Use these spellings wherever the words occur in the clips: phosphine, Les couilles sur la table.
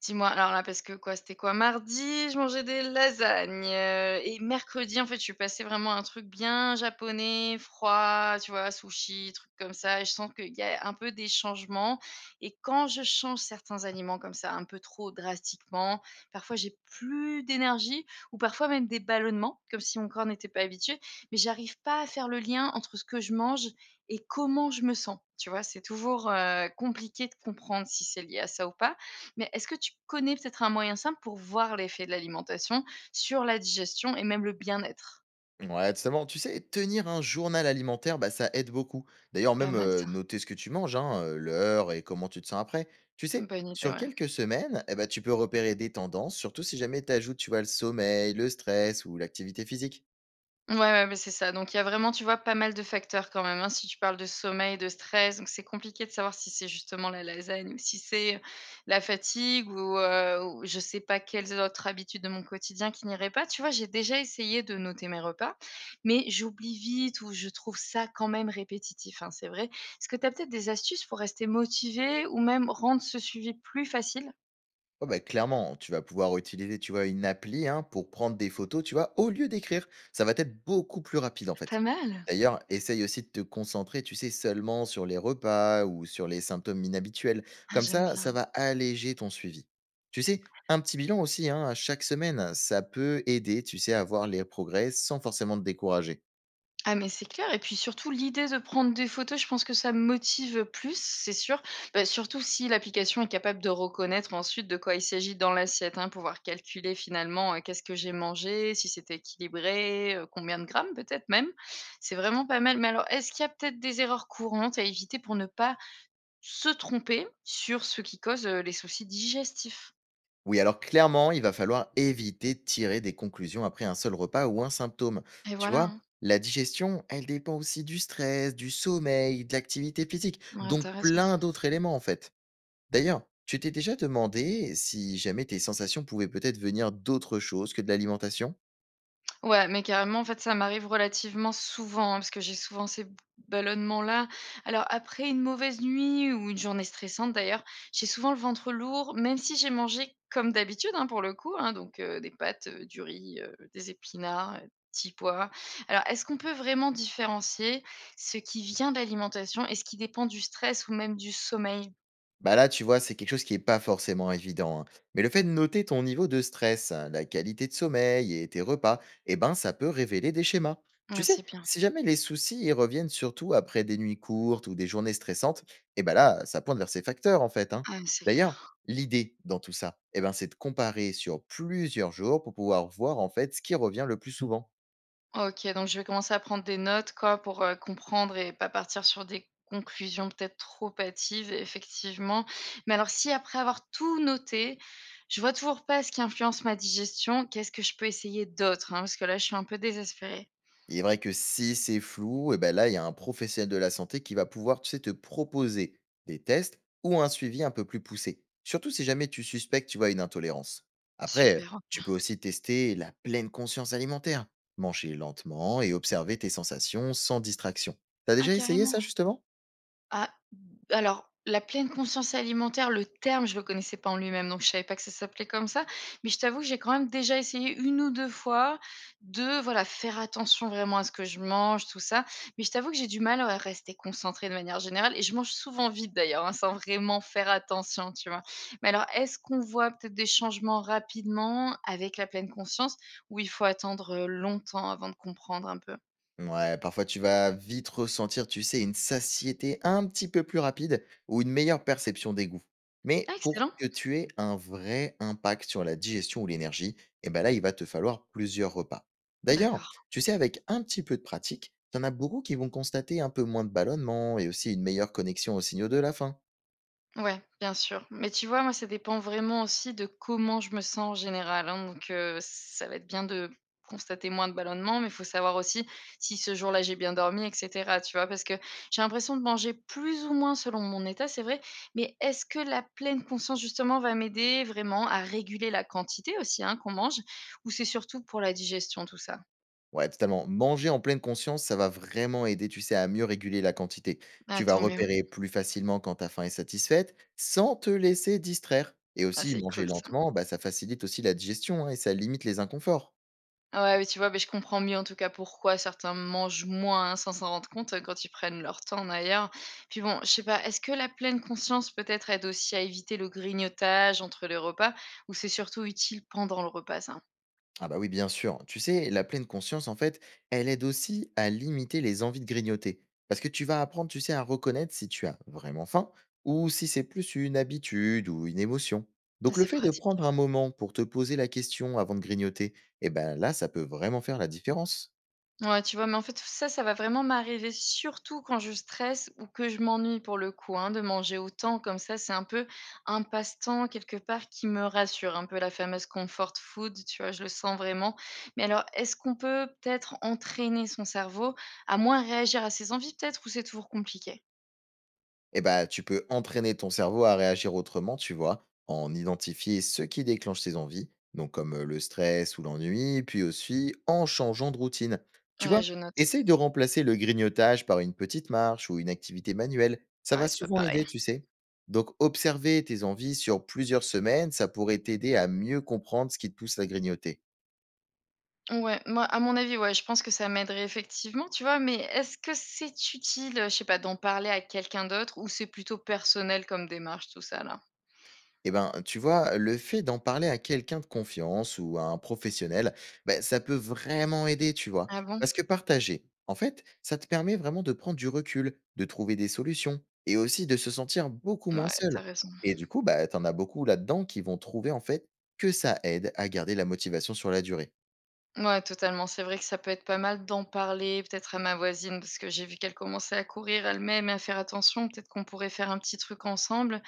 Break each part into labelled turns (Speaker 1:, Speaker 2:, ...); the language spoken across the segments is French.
Speaker 1: Dis-moi, alors là, parce que quoi, c'était quoi? Mardi, je mangeais des lasagnes, et mercredi, en fait, je suis passée vraiment à un truc bien japonais, froid, tu vois? Sushi, truc comme ça, et je sens qu'il y a un peu des changements, et quand je change certains aliments comme ça, un peu trop drastiquement, parfois j'ai plus d'énergie, ou parfois même des ballonnements, comme si mon corps n'était pas habitué, mais j'arrive pas à faire le lien entre ce que je mange et comment je me sens, tu vois? C'est toujours, compliqué de comprendre si c'est lié à ça ou pas, mais est-ce que tu connais peut-être un moyen simple pour voir l'effet de l'alimentation sur la digestion et même le bien-être?
Speaker 2: Ouais, totalement. Tu sais, tenir un journal alimentaire, bah, ça aide beaucoup. D'ailleurs,
Speaker 1: Pas
Speaker 2: même
Speaker 1: mal ça.
Speaker 2: noter ce que tu manges, hein, l'heure et comment tu te sens après. Tu sais,
Speaker 1: Bonne idée,
Speaker 2: sur
Speaker 1: ouais.
Speaker 2: quelques semaines, eh ben, tu peux repérer des tendances, surtout si jamais tu ajoutes, tu vois, le sommeil, le stress ou l'activité physique.
Speaker 1: Ouais, ouais, beh, c'est ça. Donc il y a vraiment, tu vois, pas mal de facteurs quand même, hein, si tu parles de sommeil, de stress, donc c'est compliqué de savoir si c'est justement la lasagne ou si c'est la fatigue ou, je sais pas quelles autres habitudes de mon quotidien qui n'iraient pas. Tu vois, j'ai déjà essayé de noter mes repas, mais j'oublie vite ou je trouve ça quand même répétitif, hein, c'est vrai. Est-ce que tu as peut-être des astuces pour rester motivée ou même rendre ce suivi plus facile?
Speaker 2: Ouais, bah, clairement, tu vas pouvoir utiliser, tu vois, une appli hein, pour prendre des photos, tu vois, au lieu d'écrire. Ça va être beaucoup plus rapide en fait.
Speaker 1: Pas mal?
Speaker 2: D'ailleurs, essaye aussi de te concentrer, tu sais, seulement sur les repas ou sur les symptômes inhabituels.
Speaker 1: Ah,
Speaker 2: Comme
Speaker 1: j'aime
Speaker 2: ça,
Speaker 1: bien.
Speaker 2: ça va alléger ton suivi. Tu sais, un petit bilan aussi, hein, à chaque semaine, ça peut aider, tu sais, à voir les progrès sans forcément te décourager.
Speaker 1: Ah mais c'est clair, et puis surtout l'idée de prendre des photos, je pense que ça me motive plus, c'est sûr. Bah, surtout si l'application est capable de reconnaître ensuite de quoi il s'agit dans l'assiette, hein, pouvoir calculer finalement, qu'est-ce que j'ai mangé, si c'était équilibré, combien de grammes peut-être même. C'est vraiment pas mal. Mais alors est-ce qu'il y a peut-être des erreurs courantes à éviter pour ne pas se tromper sur ce qui cause, les soucis digestifs?
Speaker 2: Oui, alors clairement, il va falloir éviter de tirer des conclusions après un seul repas ou un symptôme.
Speaker 1: Et
Speaker 2: Tu
Speaker 1: voilà,
Speaker 2: vois,
Speaker 1: hein.
Speaker 2: la digestion, elle dépend aussi du stress, du sommeil, de l'activité physique,
Speaker 1: Ouais,
Speaker 2: donc
Speaker 1: intéressant.
Speaker 2: plein d'autres éléments en fait. D'ailleurs, tu t'es déjà demandé si jamais tes sensations pouvaient peut-être venir d'autre chose que de l'alimentation.
Speaker 1: Ouais, mais carrément, en fait, ça m'arrive relativement souvent, hein, parce que j'ai souvent ces ballonnements-là. Alors, après une mauvaise nuit ou une journée stressante, d'ailleurs, j'ai souvent le ventre lourd, même si j'ai mangé comme d'habitude, hein, pour le coup, hein, donc des pâtes, du riz, des épinards, petits pois. Alors, est-ce qu'on peut vraiment différencier ce qui vient de l'alimentation et ce qui dépend du stress ou même du sommeil?
Speaker 2: Bah là, tu vois, c'est quelque chose qui est pas forcément évident, hein. Mais le fait de noter ton niveau de stress, hein, la qualité de sommeil et tes repas, eh ben, ça peut révéler des schémas. Tu
Speaker 1: Ouais,
Speaker 2: sais,
Speaker 1: c'est bien.
Speaker 2: si jamais les soucis ils reviennent surtout après des nuits courtes ou des journées stressantes, eh ben là, ça pointe vers ces facteurs en fait, hein.
Speaker 1: Ah, c'est
Speaker 2: D'ailleurs,
Speaker 1: clair.
Speaker 2: l'idée dans tout ça, eh ben, c'est de comparer sur plusieurs jours pour pouvoir voir en fait ce qui revient le plus souvent.
Speaker 1: OK, donc je vais commencer à prendre des notes, quoi, pour, comprendre et pas partir sur des conclusions peut-être trop hâtives, effectivement. Mais alors si après avoir tout noté, je vois toujours pas ce qui influence ma digestion, qu'est-ce que je peux essayer d'autre, hein? Parce que là, je suis un peu désespérée.
Speaker 2: Il est vrai que si c'est flou, et ben là, il y a un professionnel de la santé qui va pouvoir, tu sais, te proposer des tests ou un suivi un peu plus poussé. Surtout si jamais tu suspectes, tu vois, une intolérance. Après, euh,
Speaker 1: Super, OK.
Speaker 2: Tu peux aussi tester la pleine conscience alimentaire, manger lentement et observer tes sensations sans distraction. T'as
Speaker 1: Ah
Speaker 2: déjà essayé
Speaker 1: carrément!
Speaker 2: ça justement?
Speaker 1: Ah, alors, la pleine conscience alimentaire, le terme, je ne le connaissais pas en lui-même, donc je ne savais pas que ça s'appelait comme ça. Mais je t'avoue que j'ai quand même déjà essayé une ou 2 fois de, voilà, faire attention vraiment à ce que je mange, tout ça. Mais je t'avoue que j'ai du mal ouais, à rester concentrée de manière générale, et je mange souvent vite d'ailleurs, hein, sans vraiment faire attention, tu vois? Mais alors, est-ce qu'on voit peut-être des changements rapidement avec la pleine conscience ou il faut attendre, longtemps avant de comprendre un peu?
Speaker 2: Ouais, parfois tu vas vite ressentir, tu sais, une satiété un petit peu plus rapide ou une meilleure perception des goûts. Mais
Speaker 1: Ah
Speaker 2: pour
Speaker 1: excellent!
Speaker 2: que tu aies un vrai impact sur la digestion ou l'énergie, eh ben là, il va te falloir plusieurs repas. D'ailleurs,
Speaker 1: D'accord.
Speaker 2: tu sais, avec un petit peu de pratique, t'en as beaucoup qui vont constater un peu moins de ballonnement et aussi une meilleure connexion aux signaux de la faim.
Speaker 1: Ouais, bien sûr. Mais tu vois, moi, ça dépend vraiment aussi de comment je me sens en général, hein. Donc, ça va être bien de constater moins de ballonnements, mais il faut savoir aussi si ce jour-là, j'ai bien dormi et cetera, tu vois? Parce que j'ai l'impression de manger plus ou moins selon mon état, c'est vrai, mais est-ce que la pleine conscience, justement, va m'aider vraiment à réguler la quantité aussi, hein, qu'on mange? Ou c'est surtout pour la digestion, tout ça?
Speaker 2: Ouais, totalement. Manger en pleine conscience, ça va vraiment aider, tu sais, à mieux réguler la quantité. Tu
Speaker 1: Ah,
Speaker 2: vas
Speaker 1: tant mieux.
Speaker 2: repérer plus facilement quand ta faim est satisfaite, sans te laisser distraire. Et
Speaker 1: Ah,
Speaker 2: aussi,
Speaker 1: c'est
Speaker 2: manger
Speaker 1: cool ça.
Speaker 2: lentement, bah, ça facilite aussi la digestion hein, et ça limite les inconforts.
Speaker 1: Ouais, mais tu vois, mais je comprends mieux en tout cas pourquoi certains mangent moins, hein, sans s'en rendre compte, quand ils prennent leur temps d'ailleurs. Puis bon, je sais pas, est-ce que la pleine conscience peut-être aide aussi à éviter le grignotage entre les repas ou c'est surtout utile pendant le repas ça?
Speaker 2: Ah bah oui, bien sûr. Tu sais, la pleine conscience, en fait, elle aide aussi à limiter les envies de grignoter. Parce que tu vas apprendre, tu sais, à reconnaître si tu as vraiment faim ou si c'est plus une habitude ou une émotion.
Speaker 1: Ça,
Speaker 2: Donc le
Speaker 1: c'est
Speaker 2: fait de
Speaker 1: pratique.
Speaker 2: prendre un moment pour te poser la question avant de grignoter, eh ben là, ça peut vraiment faire la différence.
Speaker 1: Ouais, tu vois? Mais en fait, ça va vraiment m'arriver surtout quand je stresse ou que je m'ennuie pour le coup, hein, de manger autant comme ça. C'est un peu un passe-temps quelque part qui me rassure, un peu la fameuse comfort food, tu vois? Je le sens vraiment. Mais alors, est-ce qu'on peut peut-être entraîner son cerveau à moins réagir à ses envies peut-être, ou c'est toujours compliqué?
Speaker 2: Eh ben, tu peux entraîner ton cerveau à réagir autrement, tu vois, en identifier ce qui déclenche tes envies, donc comme le stress ou l'ennui, puis aussi en changeant de routine. Tu vois,
Speaker 1: Ouais, je note.
Speaker 2: essaye de remplacer le grignotage par une petite marche ou une activité manuelle. Ça
Speaker 1: Ah
Speaker 2: va
Speaker 1: ouais, c'est pas
Speaker 2: souvent
Speaker 1: pareil.
Speaker 2: aider, tu sais. Donc, observer tes envies sur plusieurs semaines, ça pourrait t'aider à mieux comprendre ce qui te pousse à grignoter.
Speaker 1: Ouais, moi, à mon avis, ouais, je pense que ça m'aiderait effectivement, tu vois, mais est-ce que c'est utile, je sais pas, d'en parler à quelqu'un d'autre ou c'est plutôt personnel comme démarche, tout ça là?
Speaker 2: Eh ben, tu vois, le fait d'en parler à quelqu'un de confiance ou à un professionnel, ben, ça peut vraiment aider, tu vois.
Speaker 1: Ah bon?
Speaker 2: Parce que partager, en fait, ça te permet vraiment de prendre du recul, de trouver des solutions et aussi de se sentir beaucoup moins
Speaker 1: Ouais,
Speaker 2: seul.
Speaker 1: t'as raison.
Speaker 2: Et du coup, bah, t'en as beaucoup là-dedans qui vont trouver, en fait, que ça aide à garder la motivation sur la durée.
Speaker 1: Ouais, totalement. C'est vrai que ça peut être pas mal d'en parler, peut-être à ma voisine, parce que j'ai vu qu'elle commençait à courir elle-même et à faire attention. Peut-être qu'on pourrait faire un petit truc ensemble.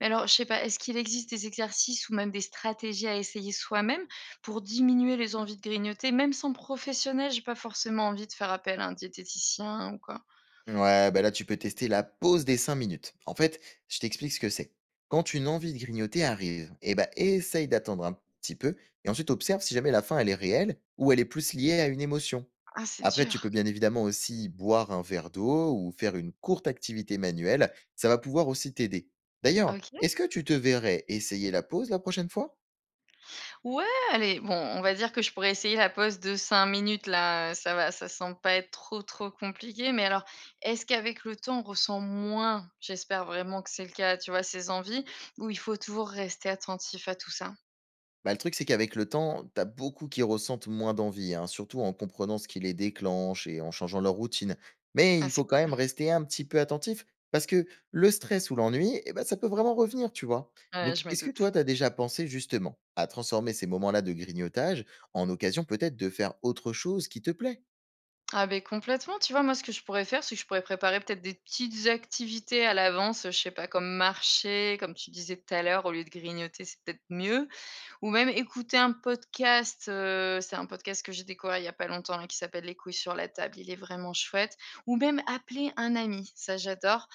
Speaker 1: Mais alors, je sais pas, est-ce qu'il existe des exercices ou même des stratégies à essayer soi-même pour diminuer les envies de grignoter, même sans professionnel? J'ai pas forcément envie de faire appel à un diététicien ou quoi.
Speaker 2: Ouais, bah là, tu peux tester la pause des 5 minutes. En fait, je t'explique ce que c'est. Quand une envie de grignoter arrive, eh ben, essaye d'attendre un petit peu et ensuite observe si jamais la faim, elle est réelle ou elle est plus liée à une émotion.
Speaker 1: Ah, c'est
Speaker 2: Après, tu peux
Speaker 1: dur.
Speaker 2: bien évidemment aussi boire un verre d'eau ou faire une courte activité manuelle. Ça va pouvoir aussi t'aider. D'ailleurs,
Speaker 1: Ok.
Speaker 2: est-ce que tu te verrais essayer la pause la prochaine fois?
Speaker 1: Ouais, allez, bon, on va dire que je pourrais essayer la pause de 5 minutes là, ça va, ça semble pas être trop, trop compliqué. Mais alors, est-ce qu'avec le temps, on ressent moins, j'espère vraiment que c'est le cas, tu vois, ces envies, ou il faut toujours rester attentif à tout ça?
Speaker 2: Bah, le truc, c'est qu'avec le temps, t'as beaucoup qui ressentent moins d'envie, hein, surtout en comprenant ce qui les déclenche et en changeant leur routine. Mais
Speaker 1: Ah,
Speaker 2: il
Speaker 1: c'est
Speaker 2: faut quand
Speaker 1: cool.
Speaker 2: même rester un petit peu attentif parce que le stress ou l'ennui, eh ben, ça peut vraiment revenir, tu vois.
Speaker 1: Ouais,
Speaker 2: Donc,
Speaker 1: je me
Speaker 2: est-ce que
Speaker 1: doute.
Speaker 2: toi, t'as déjà pensé justement à transformer ces moments-là de grignotage en occasion peut-être de faire autre chose qui te plaît?
Speaker 1: Ah, ben complètement. Tu vois, moi, ce que je pourrais faire, c'est que je pourrais préparer peut-être des petites activités à l'avance, je sais pas, comme marcher, comme tu disais tout à l'heure, au lieu de grignoter, c'est peut-être mieux. Ou même écouter un podcast, c'est un podcast que j'ai découvert il y a pas longtemps là qui s'appelle «Les couilles sur la table», il est vraiment chouette. Ou même appeler un ami, ça j'adore.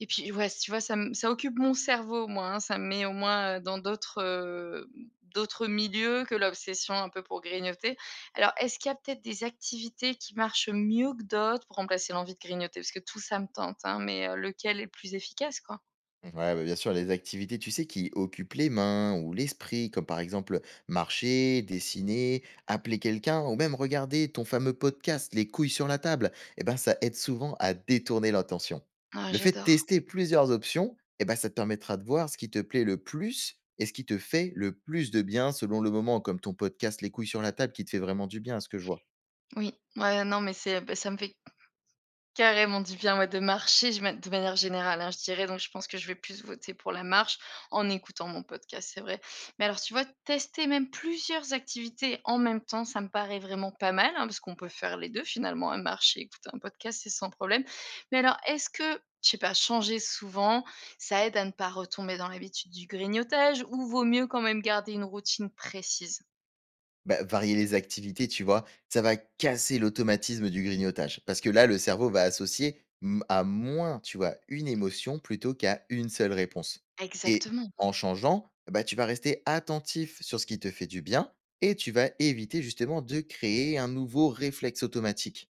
Speaker 1: Et puis ouais, tu vois, ça me ça occupe mon cerveau au moins, hein, ça me met au moins, dans d'autres, d'autres milieux que l'obsession un peu pour grignoter. Alors est-ce qu'il y a peut-être des activités qui marchent mieux que d'autres pour remplacer l'envie de grignoter? Parce que tout ça me tente, hein, mais lequel est le plus efficace quoi?
Speaker 2: Ouais, bah, bien sûr, les activités, tu sais, qui occupent les mains ou l'esprit, comme par exemple marcher, dessiner, appeler quelqu'un ou même regarder ton fameux podcast, Les Couilles sur la table, eh ben, ça aide souvent à détourner l'attention.
Speaker 1: Ah
Speaker 2: Le fait de
Speaker 1: j'adore.
Speaker 2: tester plusieurs options, eh ben, ça te permettra de voir ce qui te plaît le plus et ce qui te fait le plus de bien selon le moment, comme ton podcast, Les Couilles sur la table, qui te fait vraiment du bien, à ce que je vois.
Speaker 1: Oui, ouais, non mais c'est bah, ça me fait carrément du bien, ouais, de marcher, je ma de manière générale, hein, je dirais, donc je pense que je vais plus voter pour la marche en écoutant mon podcast, c'est vrai. Mais alors, tu vois, tester même plusieurs activités en même temps, ça me paraît vraiment pas mal, hein, parce qu'on peut faire les 2 finalement, hein, marcher écouter un podcast, c'est sans problème. Mais alors, est-ce que, je sais pas, changer souvent, ça aide à ne pas retomber dans l'habitude du grignotage, ou vaut mieux quand même garder une routine précise?
Speaker 2: Bah, varier les activités, tu vois, ça va casser l'automatisme du grignotage. Parce que là, le cerveau va associer à moins, tu vois, une émotion plutôt qu'à une seule réponse. Et
Speaker 1: Exactement.
Speaker 2: en changeant, bah, tu vas rester attentif sur ce qui te fait du bien et tu vas éviter justement de créer un nouveau réflexe automatique.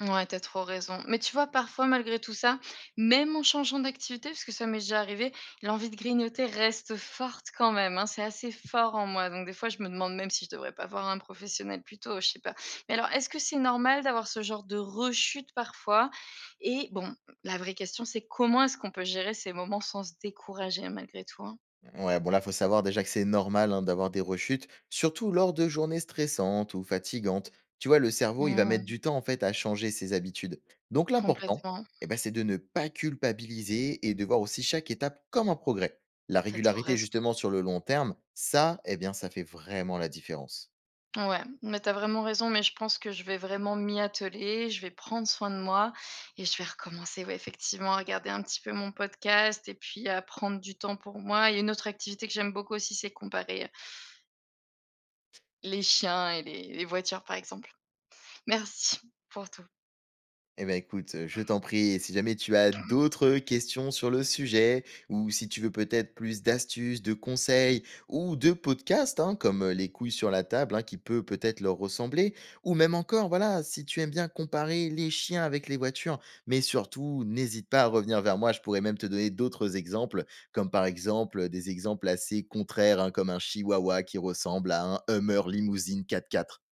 Speaker 1: Ouais, t'as trop raison. Mais tu vois, parfois, malgré tout ça, même en changeant d'activité, parce que ça m'est déjà arrivé, l'envie de grignoter reste forte quand même, hein, c'est assez fort en moi. Donc des fois, je me demande même si je devrais pas voir un professionnel plus tôt, je sais pas. Mais alors, est-ce que c'est normal d'avoir ce genre de rechute parfois? Et bon, la vraie question, c'est comment est-ce qu'on peut gérer ces moments sans se décourager malgré tout, hein?
Speaker 2: Ouais, bon là, faut savoir déjà que c'est normal hein, d'avoir des rechutes, surtout lors de journées stressantes ou fatigantes. Tu vois, le cerveau, il va mettre
Speaker 1: Mmh,
Speaker 2: du temps en fait à changer ses habitudes. Donc l'important,
Speaker 1: complètement.
Speaker 2: eh ben, c'est de ne pas culpabiliser et de voir aussi chaque étape comme un progrès. La
Speaker 1: T'as trop
Speaker 2: régularité
Speaker 1: raison.
Speaker 2: justement sur le long terme, ça, eh bien, ça fait vraiment la différence.
Speaker 1: Ouais, mais t'as vraiment raison, mais je pense que je vais vraiment m'y atteler, je vais prendre soin de moi et je vais recommencer, ouais, effectivement, à regarder un petit peu mon podcast et puis à prendre du temps pour moi. Et une autre activité que j'aime beaucoup aussi, c'est comparer les chiens et les voitures, par exemple. Merci pour tout.
Speaker 2: Eh ben écoute, je t'en prie et si jamais tu as d'autres questions sur le sujet ou si tu veux peut-être plus d'astuces, de conseils ou de podcasts, hein, comme, «Les Couilles sur la table», hein, qui peut peut-être leur ressembler ou même encore, voilà, si tu aimes bien comparer les chiens avec les voitures, mais surtout n'hésite pas à revenir vers moi. Je pourrais même te donner d'autres exemples, comme par exemple, des exemples assez contraires, hein, comme un chihuahua qui ressemble à un Hummer limousine 4x4.